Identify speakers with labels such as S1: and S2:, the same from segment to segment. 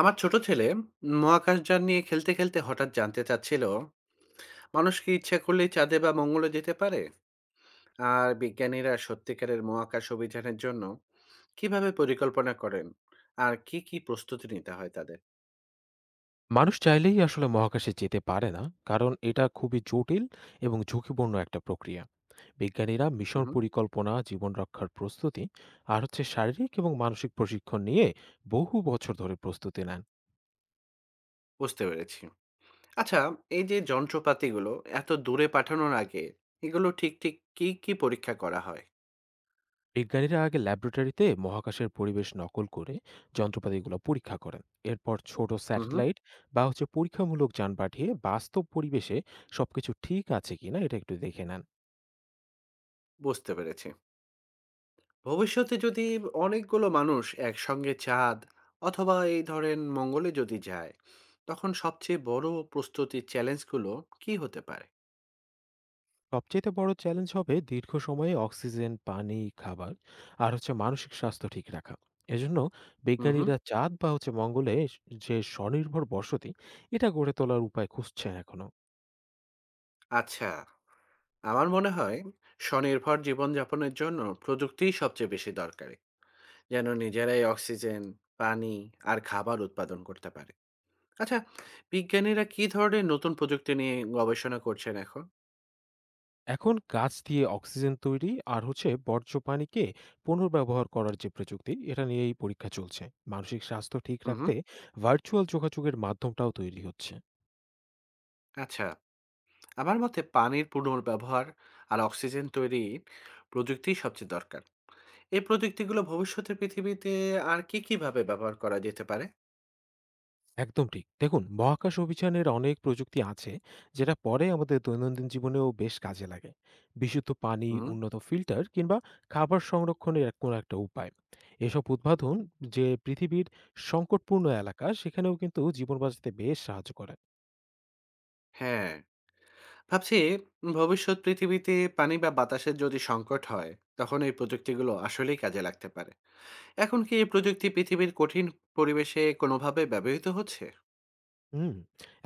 S1: আমার ছোট ছেলে মহাকাশযান নিয়ে খেলতে খেলতে হঠাৎ জানতে চাচ্ছিল, মানুষ কি ইচ্ছা করলেই চাঁদে বা মঙ্গলে যেতে পারে, আর বিজ্ঞানীরা সত্যিকারের মহাকাশ অভিযানের জন্য কিভাবে পরিকল্পনা করেন, আর কি কি প্রস্তুতি নিতে হয় তাদের।
S2: মানুষ চাইলেই আসলে মহাকাশে যেতে পারে না, কারণ এটা খুবই জটিল এবং ঝুঁকিপূর্ণ একটা প্রক্রিয়া। বিজ্ঞানীরা মিশন
S1: হুম।
S2: পরিকল্পনা, জীবন রক্ষার প্রস্তুতি আর হচ্ছে শারীরিক এবং মানসিক প্রশিক্ষণ নিয়ে বহু বছর ধরে প্রস্তুতি নেন।
S1: বুঝতে পেরেছি। আচ্ছা, এই যে যন্ত্রপাতিগুলো এত দূরে পাঠানোর আগে, এগুলো ঠিক ঠিক কি কি পরীক্ষা করা হয়?
S2: বিজ্ঞানীরা আগে ল্যাবরেটরিতে মহাকাশের পরিবেশ নকল করে যন্ত্রপাতিগুলো পরীক্ষা করেন। এরপর ছোট
S1: হুম।
S2: স্যাটেলাইট বা হচ্ছে পরীক্ষামূলক যান পাঠিয়ে বাস্তব পরিবেশে সবকিছু ঠিক আছে কিনা এটা একটু দেখে নেন।
S1: বুঝতে পেরেছি। ভবিষ্যতে যদি অনেকগুলো মানুষ একসঙ্গে চাঁদ অথবা এই ধরেন মঙ্গলে যদি যায়, তখন সবচেয়ে বড় প্রস্তুতির চ্যালেঞ্জগুলো কি হতে পারে?
S2: সবচেয়ে বড় চ্যালেঞ্জ হবে দীর্ঘ সময়ে অক্সিজেন, পানি, খাবার আর হচ্ছে মানসিক স্বাস্থ্য ঠিক রাখা। এজন্য
S1: হুম হুম।
S2: বিজ্ঞানীরা চাঁদ বা হচ্ছে মঙ্গলে যে স্বনির্ভর বসতি এটা গড়ে তোলার উপায় খুঁজছেন এখনো।
S1: আচ্ছা, আমার মনে হয় স্বনির্ভর জীবনযাপনের জন্য প্রযুক্তিই সবচেয়ে বেশি দরকারি, যেন নিজেরাই অক্সিজেন, পানি আর খাবার উৎপাদন করতে পারে। আচ্ছা, বিজ্ঞানীরা কি ধরনের নতুন প্রযুক্তি নিয়ে গবেষণা করছেন এখন?
S2: এখন গাছ দিয়ে অক্সিজেন তৈরি আর হচ্ছে বর্জ্য পানিকে পুনর্ব্যবহার করার যে প্রযুক্তি এটা নিয়েই পরীক্ষা চলছে। মানসিক স্বাস্থ্য ঠিক
S1: হুম হুম।
S2: রাখতে ভার্চুয়াল যোগাযোগের মাধ্যমটাও তৈরি হচ্ছে।
S1: আচ্ছা, আমার মতে পানির পুনর্ব্যবহার আর অক্সিজেন তৈরি প্রযুক্তি সবচেয়ে দরকার। এই প্রযুক্তিগুলো ভবিষ্যতে পৃথিবীতে আর কি কিভাবে ব্যবহার করা যেতে পারে?
S2: একদম ঠিক। দেখুন, মহাকাশ অভিযানের অনেক প্রযুক্তি আছে, যেটা পরে আমাদের দৈনন্দিন জীবনেও বেশ কাজে লাগে। বিশুদ্ধ পানি,
S1: হুম।
S2: উন্নত ফিল্টার কিংবা খাবার সংরক্ষণের কোনো একটা উপায়। এসব উদ্ভাবন যে পৃথিবীর সংকটপূর্ণ এলাকা, সেখানেও কিন্তু জীবন বাঁচাতে বেশ সাহায্য করে।
S1: হ্যাঁ, ভাবছি, ভবিষ্যৎ পৃথিবীতে পানি বা বাতাসের যদি সংকট হয়, তখন এই প্রযুক্তিগুলো আসলেই কাজে লাগতে পারে। এখন কি এই প্রযুক্তি পৃথিবীর কঠিন পরিবেশে কোনোভাবে ব্যবহৃত হচ্ছে?
S2: হুম,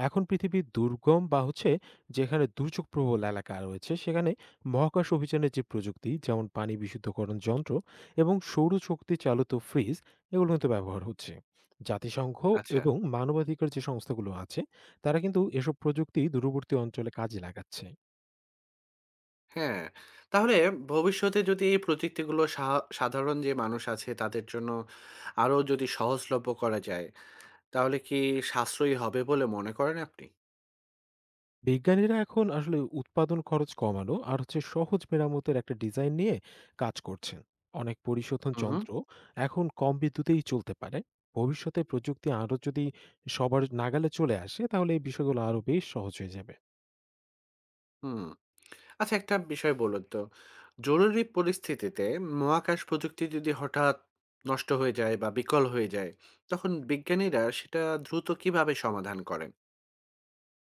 S2: এখন পৃথিবীর দুর্গম বা হচ্ছে যেখানে দুর্যোগপ্রবল এলাকা রয়েছে সেখানে মহাকাশ অভিযানের যে প্রযুক্তি, যেমন পানি বিশুদ্ধকরণ যন্ত্র এবং সৌরশক্তি চালিত ফ্রিজ, এগুলো কিন্তু ব্যবহার হচ্ছে। জাতিসংঘ
S1: আচ্ছা।
S2: এবং মানবাধিকার যে সংস্থাগুলো আছে তারা কিন্তু এসব প্রযুক্তি দূরবর্তী অঞ্চলে কাজে লাগাচ্ছে।
S1: হ্যাঁ, তাহলে ভবিষ্যতে যদি এই প্রযুক্তিগুলো সাধারণ যে মানুষ আছে তাদের জন্য আরো যদি সহজলভ্য করা যায়, তাহলে কি সাশ্রয়ী হবে বলে মনে করেন আপনি?
S2: বিজ্ঞানীরা এখন আসলে উৎপাদন খরচ কমানো আর হচ্ছে সহজ মেরামতের একটা ডিজাইন নিয়ে কাজ করছেন। অনেক পরিশোধন
S1: হু, হু।
S2: যন্ত্র এখন কম বিদ্যুতেই চলতে পারে। ভবিষ্যতে প্রযুক্তি আরও যদি সবার নাগালে চলে আসে তাহলে এই বিষয়গুলো আরও বেশ সহজ হয়ে যাবে।
S1: হুম। আচ্ছা, একটা বিষয় বলুন তো, জরুরি পরিস্থিতিতে মহাকাশ প্রযুক্তি যদি হঠাৎ নষ্ট হয়ে যায় বা বিকল হয়ে যায়, তখন বিজ্ঞানীরা সেটা দ্রুত কিভাবে সমাধান করেন?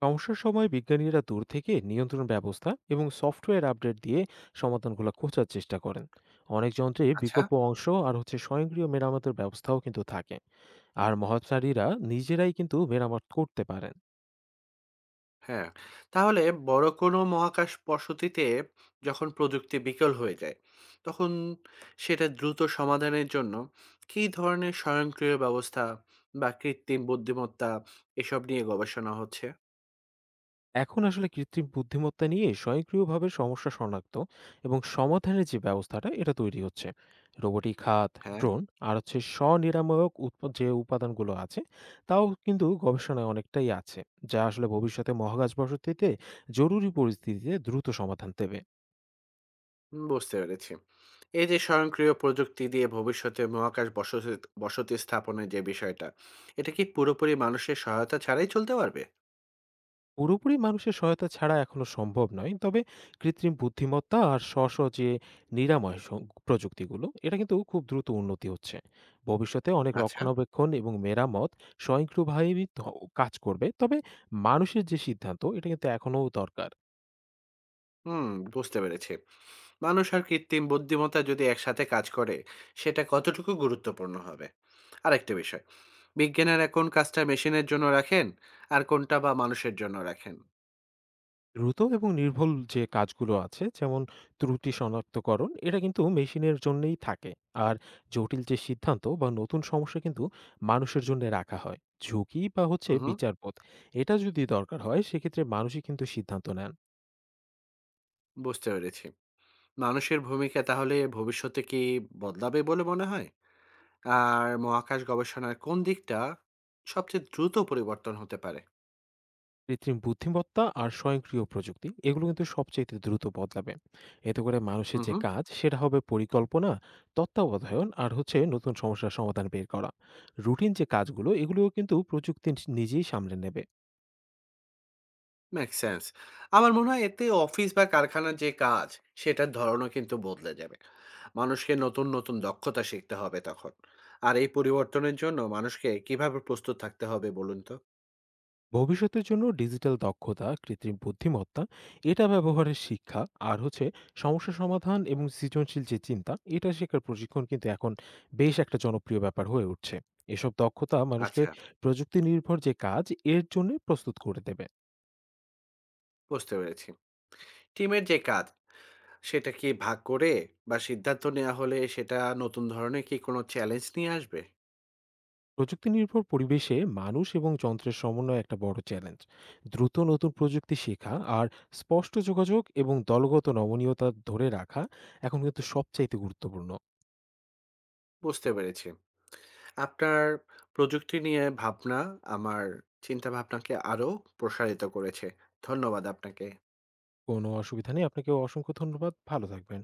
S2: সমস্যার সময় বিজ্ঞানীরা দূর থেকে নিয়ন্ত্রণ ব্যবস্থা এবং সফটওয়্যার আপডেট দিয়ে সমাধানগুলো খোঁজার চেষ্টা করেন। অনেক যন্ত্রে
S1: আচ্ছা।
S2: বিকল্প অংশ আর হচ্ছে স্বয়ংক্রিয় মেরামতের ব্যবস্থাও কিন্তু থাকে। আর মহাচারীরা নিজেরাই কিন্তু মেরামত করতে পারেন।
S1: হ্যাঁ, তাহলে বড় কোনো মহাকাশ বসতিতে যখন প্রযুক্তি বিকল হয়ে যায়, তখন সেটা দ্রুত সমাধানের জন্য কী ধরনের স্বয়ংক্রিয় ব্যবস্থা বা কৃত্রিম বুদ্ধিমত্তা এসব নিয়ে গবেষণা হচ্ছে?
S2: এখন আসলে কৃত্রিম বুদ্ধিমত্তা নিয়ে স্বয়ংক্রিয়ভাবে সমস্যা শনাক্ত এবং সমাধানের যে ব্যবস্থাটা এটা তৈরি হচ্ছে। রোবোটিক হাত,
S1: হ্যাঁ,
S2: ড্রোন আর হচ্ছে স্বনিরাময়ক যে উপাদানগুলো আছে তাও কিন্তু গবেষণায় অনেকটাই আছে, যা আসলে ভবিষ্যতে মহাকাশ বসতিতে জরুরি পরিস্থিতিতে দ্রুত সমাধান দেবে।
S1: বুঝতে পেরেছি। এই যে স্বয়ংক্রিয় প্রযুক্তি দিয়ে ভবিষ্যতে মহাকাশ বসতি বসতি স্থাপনের যে বিষয়টা, এটা কি পুরোপুরি মানুষের সহায়তা ছাড়াই চলতে পারবে?
S2: পুরোপুরি মানুষের সহায়তা ছাড়া এখনো সম্ভব নয়, তবে কৃত্রিম বুদ্ধিমত্তা আর স্ব স্ব যে নিরাময় প্রযুক্তিগুলো এটা কিন্তু খুব দ্রুত উন্নতি হচ্ছে। ভবিষ্যতে অনেক
S1: আচ্ছা।
S2: রক্ষণাবেক্ষণ এবং মেরামত স্বয়ংক্রিয়ভাবেই কাজ করবে, তবে মানুষের যে সিদ্ধান্ত এটা কিন্তু এখনো দরকার।
S1: হুম, বুঝতে পেরেছি। মানুষ আর কৃত্রিম বুদ্ধিমত্তা যদি একসাথে কাজ করে, সেটা কতটুকু গুরুত্বপূর্ণ হবে? আরেকটা বিষয়, বিজ্ঞানীরা কোন কাজটা মেশিনের জন্য রাখেন, আর কোনটা বা মানুষের জন্য রাখেন?
S2: দ্রুত এবং নির্ভুল যে কাজগুলো আছে, যেমন ত্রুটি শনাক্তকরণ, এটা কিন্তু মেশিনের জন্যই থাকে। আর জটিল যে সিদ্ধান্ত বা নতুন সমস্যা কিন্তু মানুষের জন্য রাখা হয়। ঝুঁকি বা হচ্ছে
S1: হুম,
S2: বিচারপথ এটা যদি দরকার হয় সেক্ষেত্রে মানুষই কিন্তু সিদ্ধান্ত নেন।
S1: বুঝতে পেরেছি। মানুষের ভূমিকা তাহলে ভবিষ্যতে কি বদলাবে বলে মনে হয়? আর মহাকাশ গবেষণার কোন দিকটা সবচেয়ে দ্রুত পরিবর্তন হতে পারে?
S2: কৃত্রিম বুদ্ধিমত্তা আর স্বয়ংক্রিয় প্রযুক্তি এগুলো কিন্তু সবচেয়ে দ্রুত বদলাবে। এতে করে মানুষের
S1: হুম
S2: যে
S1: হুম।
S2: কাজ সেটা হবে পরিকল্পনা, তত্ত্বাবধায়ন আর হচ্ছে নতুন সমস্যার সমাধান বের করা। রুটিন যে কাজগুলো এগুলোও কিন্তু প্রযুক্তি নিজেই সামলে নেবে।
S1: Make sense. আমার মনে হয় এতে অফিস বা কারখানার যে কাজ, সেটার ধরনও কিন্তু বদলে যাবে। মানুষকে নতুন নতুন দক্ষতা শিখতে হবে তখন। আর এই পরিবর্তনের জন্য মানুষকে কিভাবে প্রস্তুত থাকতে হবে বলুন তো।
S2: ভবিষ্যতের জন্য ডিজিটাল দক্ষতা, কৃত্রিম বুদ্ধিমত্তা এটা ব্যবহারের শিক্ষা আর হচ্ছে সমস্যা সমাধান এবং সৃজনশীল যে চিন্তা এটা শেখার প্রশিক্ষণ কিন্তু এখন বেশ একটা জনপ্রিয় ব্যাপার হয়ে উঠছে। এসব দক্ষতা মানুষকে
S1: আচ্ছা।
S2: প্রযুক্তি নির্ভর যে কাজ এর জন্য প্রস্তুত করে দেবে।
S1: বুঝতে পেরেছি। টিমের যে কাজ সেটা কি ভাগ করে বা সিদ্ধান্ত নেওয়া হলে সেটা নতুন ধরনের কি কোনো চ্যালেঞ্জ নিয়ে আসবে?
S2: প্রযুক্তি নির্ভর পরিবেশে মানুষ এবং যন্ত্রের সমন্বয় একটা বড় চ্যালেঞ্জ। দ্রুত নতুন প্রযুক্তি শেখা আর স্পষ্ট যোগাযোগ এবং দলগত নমনীয়তা ধরে রাখা এখন কিন্তু সবচাইতে গুরুত্বপূর্ণ।
S1: বুঝতে পেরেছি। আপনার প্রযুক্তি নিয়ে ভাবনা আমার চিন্তাভাবনাকে আরও প্রসারিত করেছে। ধন্যবাদ আপনাকে।
S2: কোনো অসুবিধা নেই। আপনাকেও অসংখ্য ধন্যবাদ। ভালো থাকবেন।